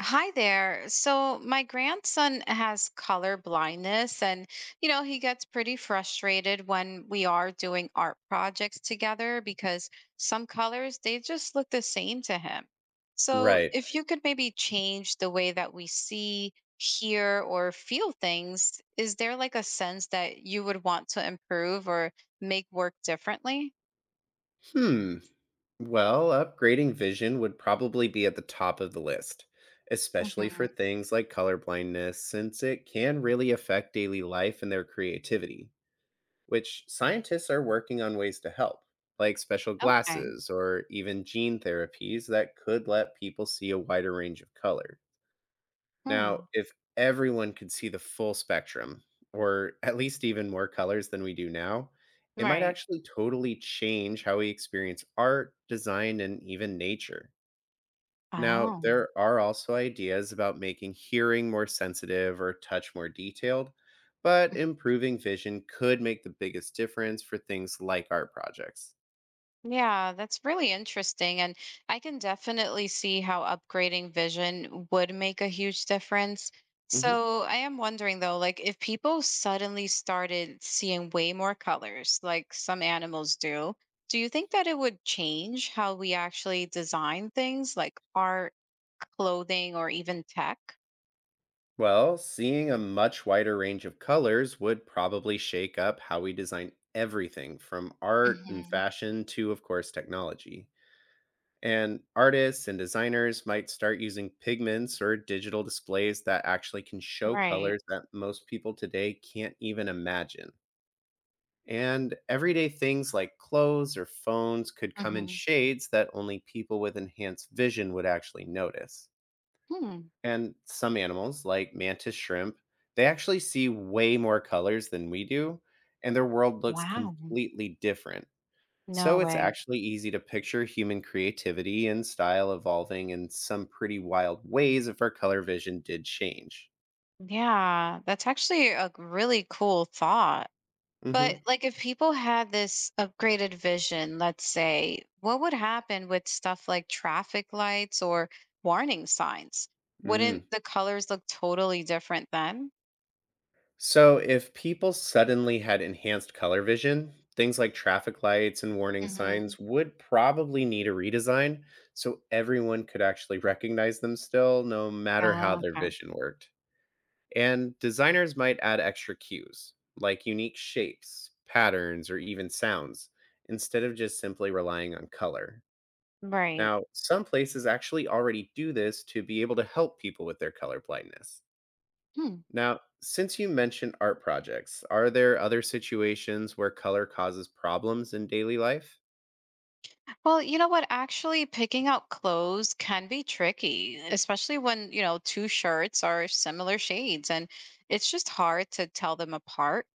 Hi there. So my grandson has color blindness and, you know, he gets pretty frustrated when we are doing art projects together because some colors, they just look the same to him. So Right. if you could maybe change the way that we see, hear or feel things, is there like a sense that you would want to improve or make work differently? Hmm. Well, upgrading vision would probably be at the top of the list, especially for Mhm. things like colorblindness, since it can really affect daily life and their creativity, which scientists are working on ways to help, like special Okay. glasses or even gene therapies that could let people see a wider range of colors. Now, Hmm. if everyone could see the full spectrum, or at least even more colors than we do now, it might Right. actually totally change how we experience art, design, and even nature. Now, Oh. there are also ideas about making hearing more sensitive or touch more detailed, but improving vision could make the biggest difference for things like art projects. Yeah, that's really interesting. And I can definitely see how upgrading vision would make a huge difference. Mhm. So I am wondering though, like if people suddenly started seeing way more colors, like some animals do, do you think that it would change how we actually design things like art, clothing, or even tech? Well, seeing a much wider range of colors would probably shake up how we design everything from art and Hmm. fashion to, of course, technology. And artists and designers might start using pigments or digital displays that actually can show Right. colors that most people today can't even imagine. And everyday things like clothes or phones could come in Hmm. shades that only people with enhanced vision would actually notice Hmm. and some animals like mantis shrimp, they actually see way more colors than we do, and their world looks Wow. completely different. No So it's way. actually easy to picture human creativity and style evolving in some pretty wild ways if our color vision did change. Yeah, that's actually a really cool thought. But, like, if people had this upgraded vision, let's say, what would happen with stuff like traffic lights or warning signs? Mm-hmm. Wouldn't the colors look totally different then? So, if people suddenly had enhanced color vision, things like traffic lights and warning Mhm. signs would probably need a redesign so everyone could actually recognize them still, no matter how Ah, their okay. vision worked. And designers might add extra cues, like unique shapes, patterns, or even sounds, instead of just simply relying on color. Right. Now, some places actually already do this to be able to help people with their color blindness. Hmm. Now, since you mentioned art projects, are there other situations where color causes problems in daily life? Well, you know what? Actually, picking out clothes can be tricky, especially when, you know, two shirts are similar shades and it's just hard to tell them apart.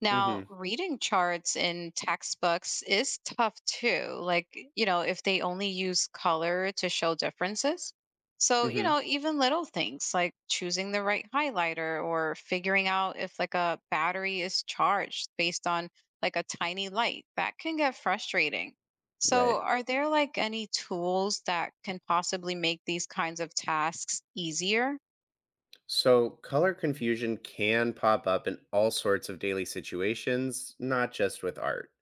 Now, Hmm. reading charts in textbooks is tough too. Like, you know, if they only use color to show differences. So, you Hmm. know, even little things like choosing the right highlighter or figuring out if like a battery is charged based on like a tiny light, that can get frustrating. So, Right. are there like any tools that can possibly make these kinds of tasks easier? So color confusion can pop up in all sorts of daily situations, not just with art.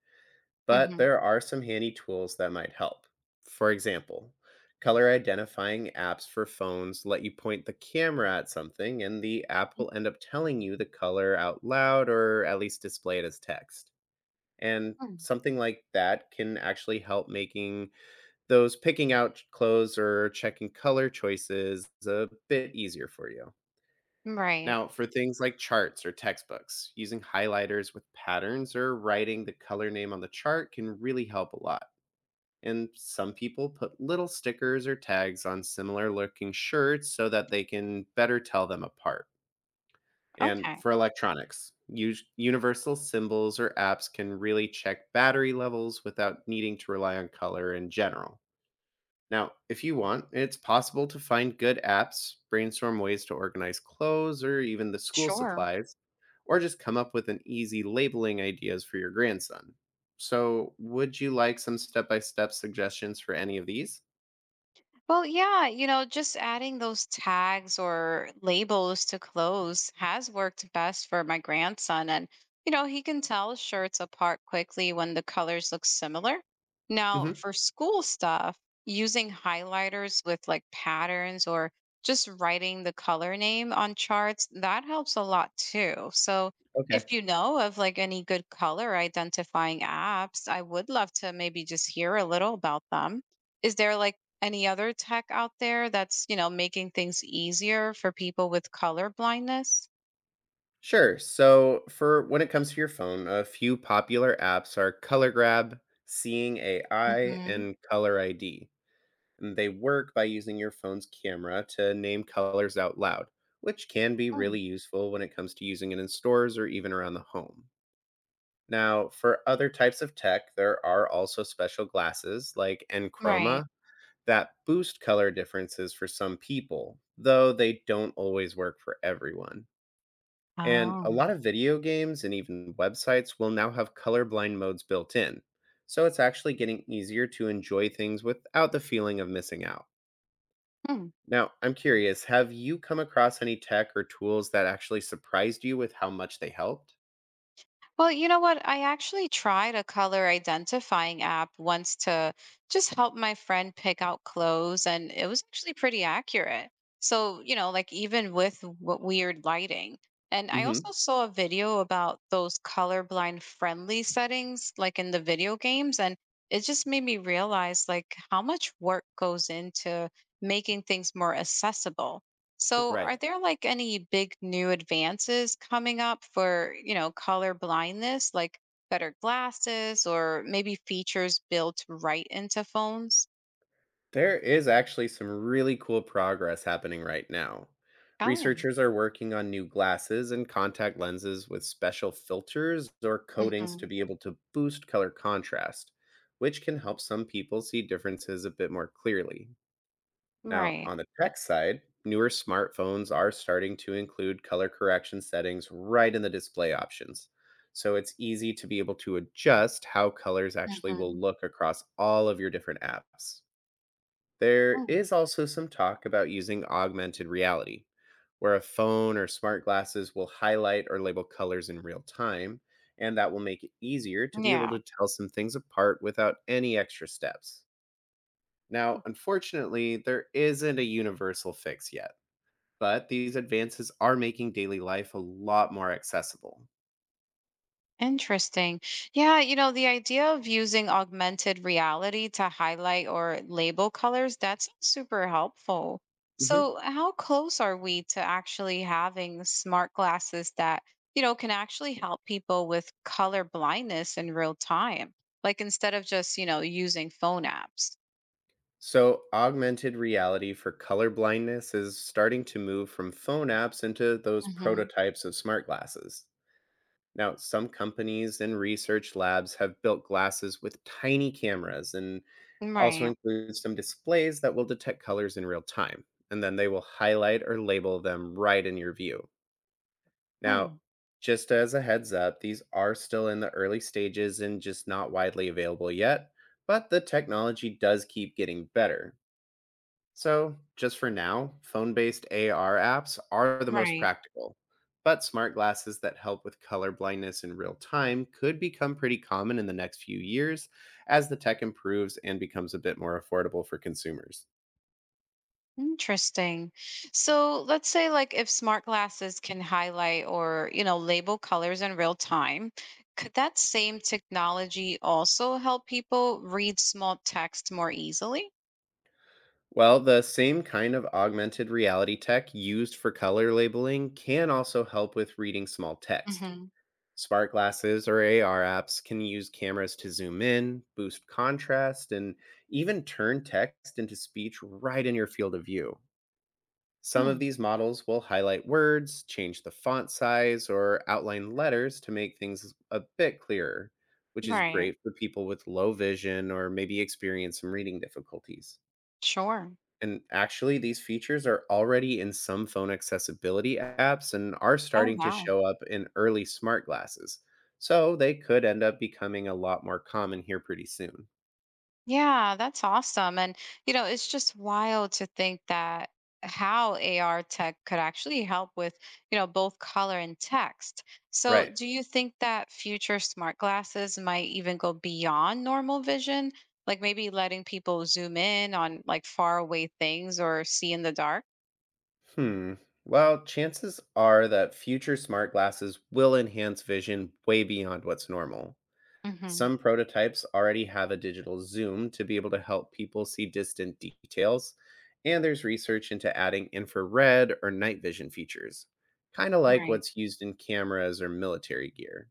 But Hmm. there are some handy tools that might help. For example, color identifying apps for phones let you point the camera at something, and the app will end up telling you the color out loud or at least display it as text. And something like that can actually help making those picking out clothes or checking color choices a bit easier for you. Right. Now, for things like charts or textbooks, using highlighters with patterns or writing the color name on the chart can really help a lot. And some people put little stickers or tags on similar looking shirts so that they can better tell them apart. And Okay. for electronics, universal symbols or apps can really check battery levels without needing to rely on color in general. Now, if you want, it's possible to find good apps, brainstorm ways to organize clothes or even the school Sure. supplies, or just come up with an easy labeling ideas for your grandson. So, would you like some step by step suggestions for any of these? Well, yeah, you know, just adding those tags or labels to clothes has worked best for my grandson. And, you know, he can tell shirts apart quickly when the colors look similar. Now, Hmm. for school stuff, using highlighters with like patterns or just writing the color name on charts, that helps a lot too. So, Okay. if you know of like any good color identifying apps, I would love to maybe just hear a little about them. Is there like any other tech out there that's, you know, making things easier for people with color blindness? Sure. So, for when it comes to your phone, a few popular apps are Color Grab, Seeing AI, Mhm. and Color ID. And they work by using your phone's camera to name colors out loud, which can be Mm. really useful when it comes to using it in stores or even around the home. Now, for other types of tech, there are also special glasses like Right. Enchroma that boost color differences for some people, though they don't always work for everyone. And a lot Oh. of video games and even websites will now have colorblind modes built in. So it's actually getting easier to enjoy things without the feeling of missing out. Hmm. Now, I'm curious, have you come across any tech or tools that actually surprised you with how much they helped? Well, you know what? I actually tried a color identifying app once to just help my friend pick out clothes, and it was actually pretty accurate. So, you know, like even with weird lighting. And I also Mhm. saw a video about those colorblind friendly settings, like in the video games. And it just made me realize, like, how much work goes into making things more accessible. So, Right. are there like any big new advances coming up for, you know, color blindness, like better glasses or maybe features built right into phones? There is actually some really cool progress happening right now. Oh. Researchers are working on new glasses and contact lenses with special filters or coatings to Hmm. be able to boost color contrast, which can help some people see differences a bit more clearly. Now, Right. on the tech side, newer smartphones are starting to include color correction settings right in the display options. So it's easy to be able to adjust how colors actually will Hmm. look across all of your different apps. There Oh, is also some talk about using augmented reality, where a phone or smart glasses will highlight or label colors in real time, and that will make it easier to be able to yeah. tell some things apart without any extra steps. Now, unfortunately, there isn't a universal fix yet, but these advances are making daily life a lot more accessible. Interesting. Yeah, you know, the idea of using augmented reality to highlight or label colors, that's super helpful. Mhm. So, how close are we to actually having smart glasses that, you know, can actually help people with color blindness in real time? Like instead of just, you know, using phone apps. So, augmented reality for color blindness is starting to move from phone apps into those Hmm. prototypes of smart glasses. Now, some companies and research labs have built glasses with tiny cameras and also Right. include some displays that will detect colors in real time. And then they will highlight or label them right in your view. Now, Hmm. just as a heads up, these are still in the early stages and just not widely available yet, but the technology does keep getting better. So, just for now, phone based AR apps are the most Right. practical. But smart glasses that help with color blindness in real time could become pretty common in the next few years as the tech improves and becomes a bit more affordable for consumers. Interesting. So let's say like if smart glasses can highlight or, you know, label colors in real time, could that same technology also help people read small text more easily? Well, the same kind of augmented reality tech used for color labeling can also help with reading small text. Mm-hmm. Smart glasses or AR apps can use cameras to zoom in, boost contrast, and even turn text into speech right in your field of view. Some of Hmm. these models will highlight words, change the font size, or outline letters to make things a bit clearer, which is Right. great for people with low vision or maybe experience some reading difficulties. Sure. And actually, these features are already in some phone accessibility apps and are Oh, starting to wow. show up in early smart glasses. So they could end up becoming a lot more common here pretty soon. Yeah, that's awesome. And, you know, it's just wild to think that how AR tech could actually help with, you know, both color and text. So, Right. do you think that future smart glasses might even go beyond normal vision? Like maybe letting people zoom in on like far away things or see in the dark? Hmm. Well, chances are that future smart glasses will enhance vision way beyond what's normal. Hmm. Some prototypes already have a digital zoom to be able to help people see distant details, and there's research into adding infrared or night vision features, kind of like Right. what's used in cameras or military gear.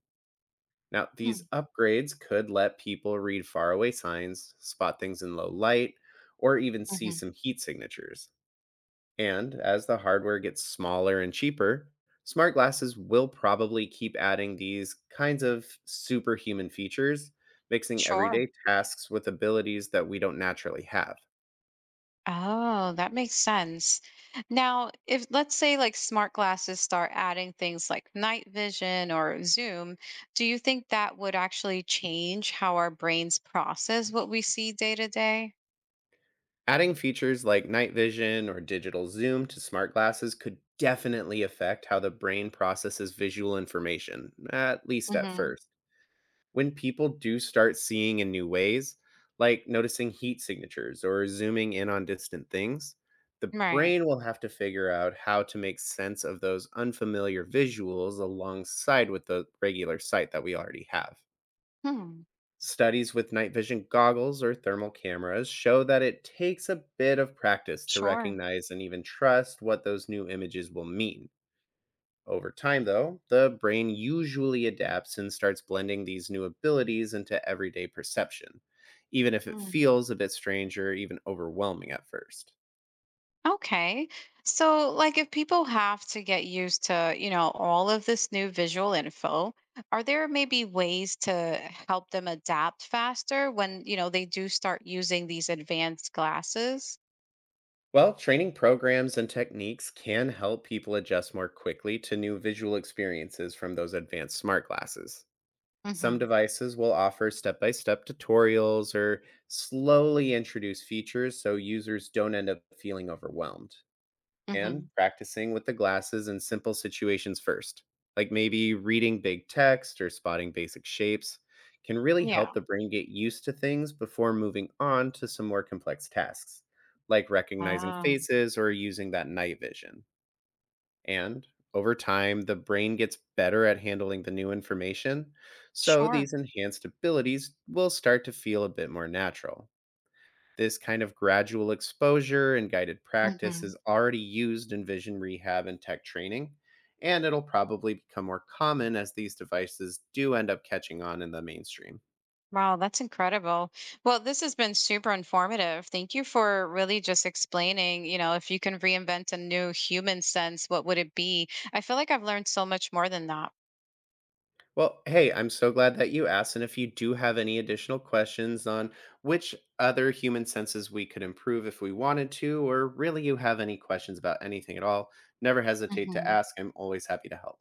Now, these upgrades could let people read faraway signs, spot things in low light, or even see Mm-hmm. some heat signatures. And as the hardware gets smaller and cheaper, smart glasses will probably keep adding these kinds of superhuman features, mixing Sure. everyday tasks with abilities that we don't naturally have. Oh, that makes sense. Now, if let's say like smart glasses start adding things like night vision or zoom, do you think that would actually change how our brains process what we see day to day? Adding features like night vision or digital zoom to smart glasses could definitely affect how the brain processes visual information, at least at Mhm. first. When people do start seeing in new ways, like noticing heat signatures or zooming in on distant things, the Right. brain will have to figure out how to make sense of those unfamiliar visuals alongside with the regular sight that we already have. Hmm. Studies with night vision goggles or thermal cameras show that it takes a bit of practice to Sure. recognize and even trust what those new images will mean. Over time, though, the brain usually adapts and starts blending these new abilities into everyday perception, even if it Hmm. feels a bit strange or even overwhelming at first. Okay. So, like, if people have to get used to, you know, all of this new visual info, are there maybe ways to help them adapt faster when, you know, they do start using these advanced glasses? Well, training programs and techniques can help people adjust more quickly to new visual experiences from those advanced smart glasses. Some Hmm. devices will offer step by step tutorials or slowly introduce features so users don't end up feeling overwhelmed. And Hmm. practicing with the glasses in simple situations first, like maybe reading big text or spotting basic shapes, can really Yeah. help the brain get used to things before moving on to some more complex tasks, like recognizing Ah, faces or using that night vision. And over time, the brain gets better at handling the new information, so sure. these enhanced abilities will start to feel a bit more natural. This kind of gradual exposure and guided practice Hmm. is already used in vision rehab and tech training, and it'll probably become more common as these devices do end up catching on in the mainstream. Wow, that's incredible. Well, this has been super informative. Thank you for really just explaining, you know, if you can reinvent a new human sense, what would it be? I feel like I've learned so much more than that. Well, hey, I'm so glad that you asked. And if you do have any additional questions on which other human senses we could improve if we wanted to, or really you have any questions about anything at all, never hesitate to Hmm. ask. I'm always happy to help.